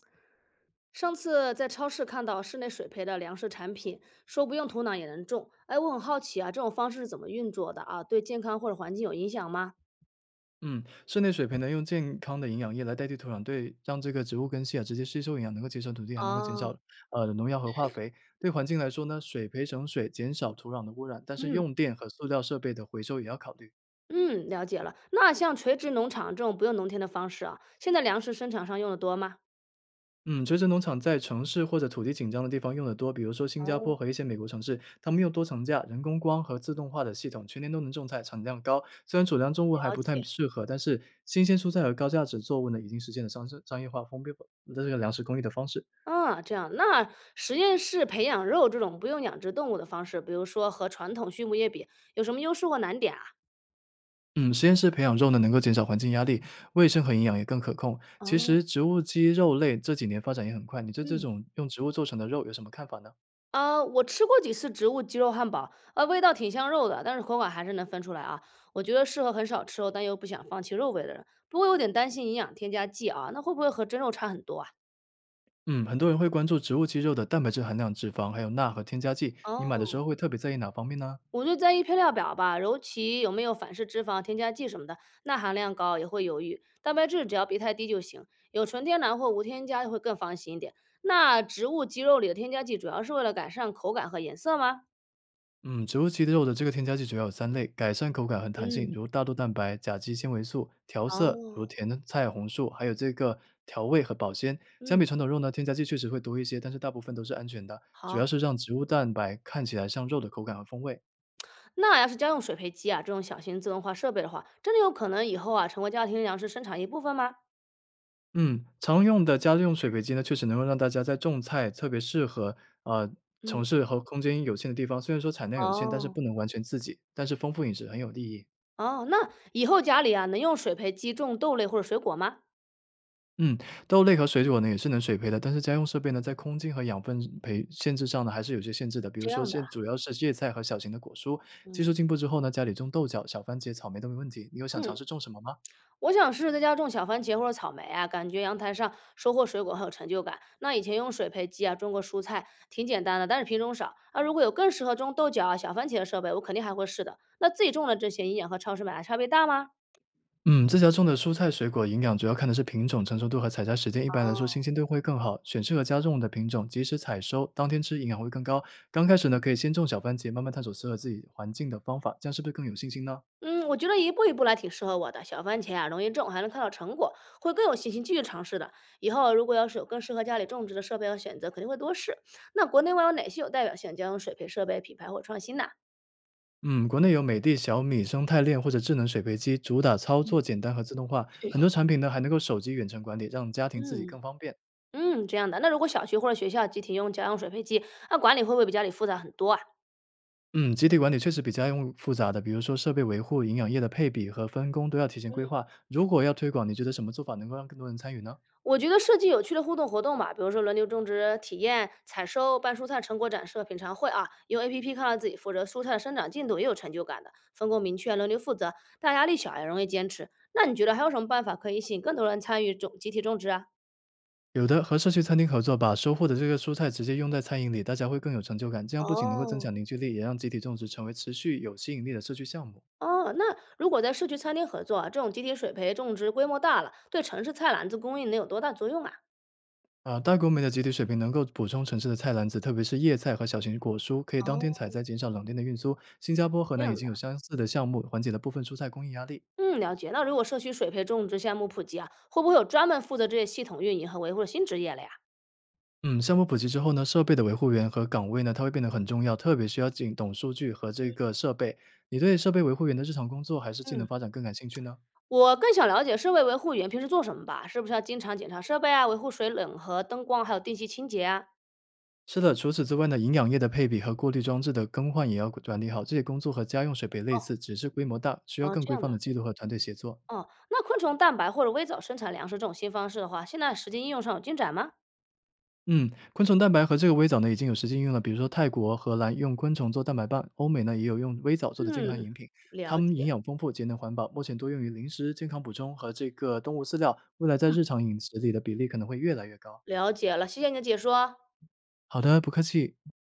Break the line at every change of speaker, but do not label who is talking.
上次在超市看到室内水培的粮食产品，说不用土壤也能种。哎，我很好奇啊，这种方式是怎么运作的啊？对健康或者环境有影响吗？
嗯，室内水培呢，用健康的营养液来代替土壤，对让这个植物根系啊直接吸收营养，能够节省土地，还能够减
哦，
少农药和化肥。对环境来说呢，水培省水，减少土壤的污染，但是
嗯
用电和塑料设备的回收也要考虑。
嗯，了解了。那像垂直农场这种不用农田的方式啊，现在粮食生产上用的多吗？
嗯，垂直农场在城市或者土地紧张的地方用的多，比如说新加坡
哦，
和一些美国城市，他们用多层架、人工光和自动化的系统，全年都能种菜，产量高。虽然储粮作物还
了
不太
解。
适合，但是新鲜蔬菜和高价值作物呢，已经实现了商业化丰沛这个粮食供应的方式。
啊，这样，那实验室培养肉这种不用养殖动物的方式，比如说和传统畜牧业比，有什么优势或难点啊？
嗯，实验室培养肉呢，能够减少环境压力，卫生和营养也更可控。其
哦，
实植物基肉类这几年发展也很快，你对这
嗯。
种用植物做成的肉有什么看法呢？
我吃过几次植物鸡肉汉堡，味道挺像肉的，但是口感还是能分出来啊。我觉得适合很少吃肉但又不想放弃肉味的人。不过有点担心营养添加剂啊，那会不会和真肉差很多啊？
嗯，很多人会关注植物基肉的蛋白质含量、脂肪，还有钠和添加剂。你买的时
哦，
候会特别在意哪方面呢？
我就在意配料表吧，尤其有没有反式脂肪、添加剂什么的，钠含量高也会犹豫。蛋白质只要别太低就行，有纯天然或无添加会更放心一点。那植物鸡肉里的添加剂主要是为了改善口感和颜色吗？
嗯，植物基的肉的这个添加剂主要有三类：改善口感和弹性，
嗯，
如大豆蛋白、甲基纤维素；调色，
哦，
如甜菜红素；还有这个调味和保鲜。相
嗯，
比传统肉呢，添加剂确实会多一些，但是大部分都是安全的，主要
好。
是让植物蛋白看起来像肉的口感和风味。
那要是家用水培机啊，这种小型自动化设备的话，真的有可能以后啊成为家庭粮食生产一部分吗？
嗯，常用的家用水培机呢，确实能够让大家在种菜，特别适合呃城
嗯，
市和空间有限的地方。虽然说产量有限，但是
哦
不能完全自己，但是丰富饮食很有意义。
哦，那以后家里啊能用水培机种豆类或者水果吗？
嗯，豆类和水果呢也是能水培的，但是家用设备呢在空间和养分培限制上呢还是有些限制的。比如
这
说，
样的啊，
现主要是叶菜和小型的果蔬。技
嗯
术进步之后呢，家里种豆角、小番茄、草莓都没问题。你有想尝
嗯，
试种什么吗？
我想试试在家种小番茄或者草莓啊，感觉阳台上收获水果很有成就感。那以前用水培机啊种过蔬菜，挺简单的，但是品种少。啊，如果有更适合种豆角啊、小番茄的设备，我肯定还会试的。那自己种的这些营养和超市买的差别大吗？
嗯，自家种的蔬菜水果营养主要看的是品种、成熟度和采摘时间。一般来说，新
哦。
鲜度会更好，选适合家种的品种，及时采收，当天吃营养会更高。刚开始呢，可以先种小番茄，慢慢探索适合自己环境的方法，这样是不是更有信心呢？
嗯，我觉得一步一步来挺适合我的。小番茄啊，容易种，还能看到成果，会更有信心继续尝试的。以后如果要是有更适合家里种植的设备和选择，肯定会多试。那国内外有哪些有代表性的家用水培设备品牌或创新呢？
嗯，国内有美的、小米、生态链或者智能水培机，主打操作简单和自动化。很多产品呢还能够手机远程管理，让家庭自己
嗯
更方便。
嗯，这样的。那如果小区或者学校集体用家用水培机，那管理会不会比家里复杂很多啊？
嗯，集体管理确实比家用复杂的，比如说设备维护、营养液的配比和分工都要提前规划。如果要推广，你觉得什么做法能够让更多人参与呢？
我觉得设计有趣的互动活动吧，比如说轮流种植、体验采收、拌蔬菜成果展示、品尝会啊，用 APP 看到自己负责蔬菜的生长进度也有成就感的，分工明确，轮流负责，大压力小也容易坚持。那你觉得还有什么办法可以吸引更多人参与种集体种植啊？
有的和社区餐厅合作，把收获的这个蔬菜直接用在餐饮里，大家会更有成就感。这样不仅能够增
哦，
强凝聚力，也让集体种植成为持续有吸引力的社区项目。
哦，那如果在社区餐厅合作啊这种集体水培种植规模大了，对城市菜篮子供应能有多大作用啊？
啊，大国美的集体水平能够补充城市的菜篮子，特别是叶菜和小型果蔬，可以当天
哦，
采摘，减少冷链的运输。新加坡、河
这
南
样
已
的，
经有相似的项目，缓解了部分蔬菜供应压力。
嗯，了解。那如果社区水培种植项目普及啊，会不会有专门负责这些系统运营和维护的新职业了呀？
嗯，项目普及之后呢，设备的维护员和岗位呢，它会变得很重要，特别需要仅懂数据和这个设备。你对设备维护员的日常工作还是技能
嗯。
发展更感兴趣呢？
我更想了解设备维护员平时做什么吧？是不是要经常检查设备啊，维护水冷和灯光，还有定期清洁啊？
是的，除此之外呢，营养液的配比和过滤装置的更换也要管理好。这些工作和家用水杯类
哦，
似，只是规模大，需要
嗯，
更
这
规
样
范
的。
的记录和团队协作。
哦，那昆虫蛋白或者微藻生产粮食这种新方式的话，现在实际应用上有进展吗？
嗯，昆虫蛋白和这个微藻呢已经有实际应用了，比如说泰国、荷兰用昆虫做蛋白棒，欧美呢也有用微藻做的健康
嗯，
饮品，它
了
们营
解
养丰富，节能环保，目前多用于零食、健康补充和这个动物饲料，未来在日常饮食里的比例可能会越来越高。
了解了，谢谢你的解说。
好的，不客气。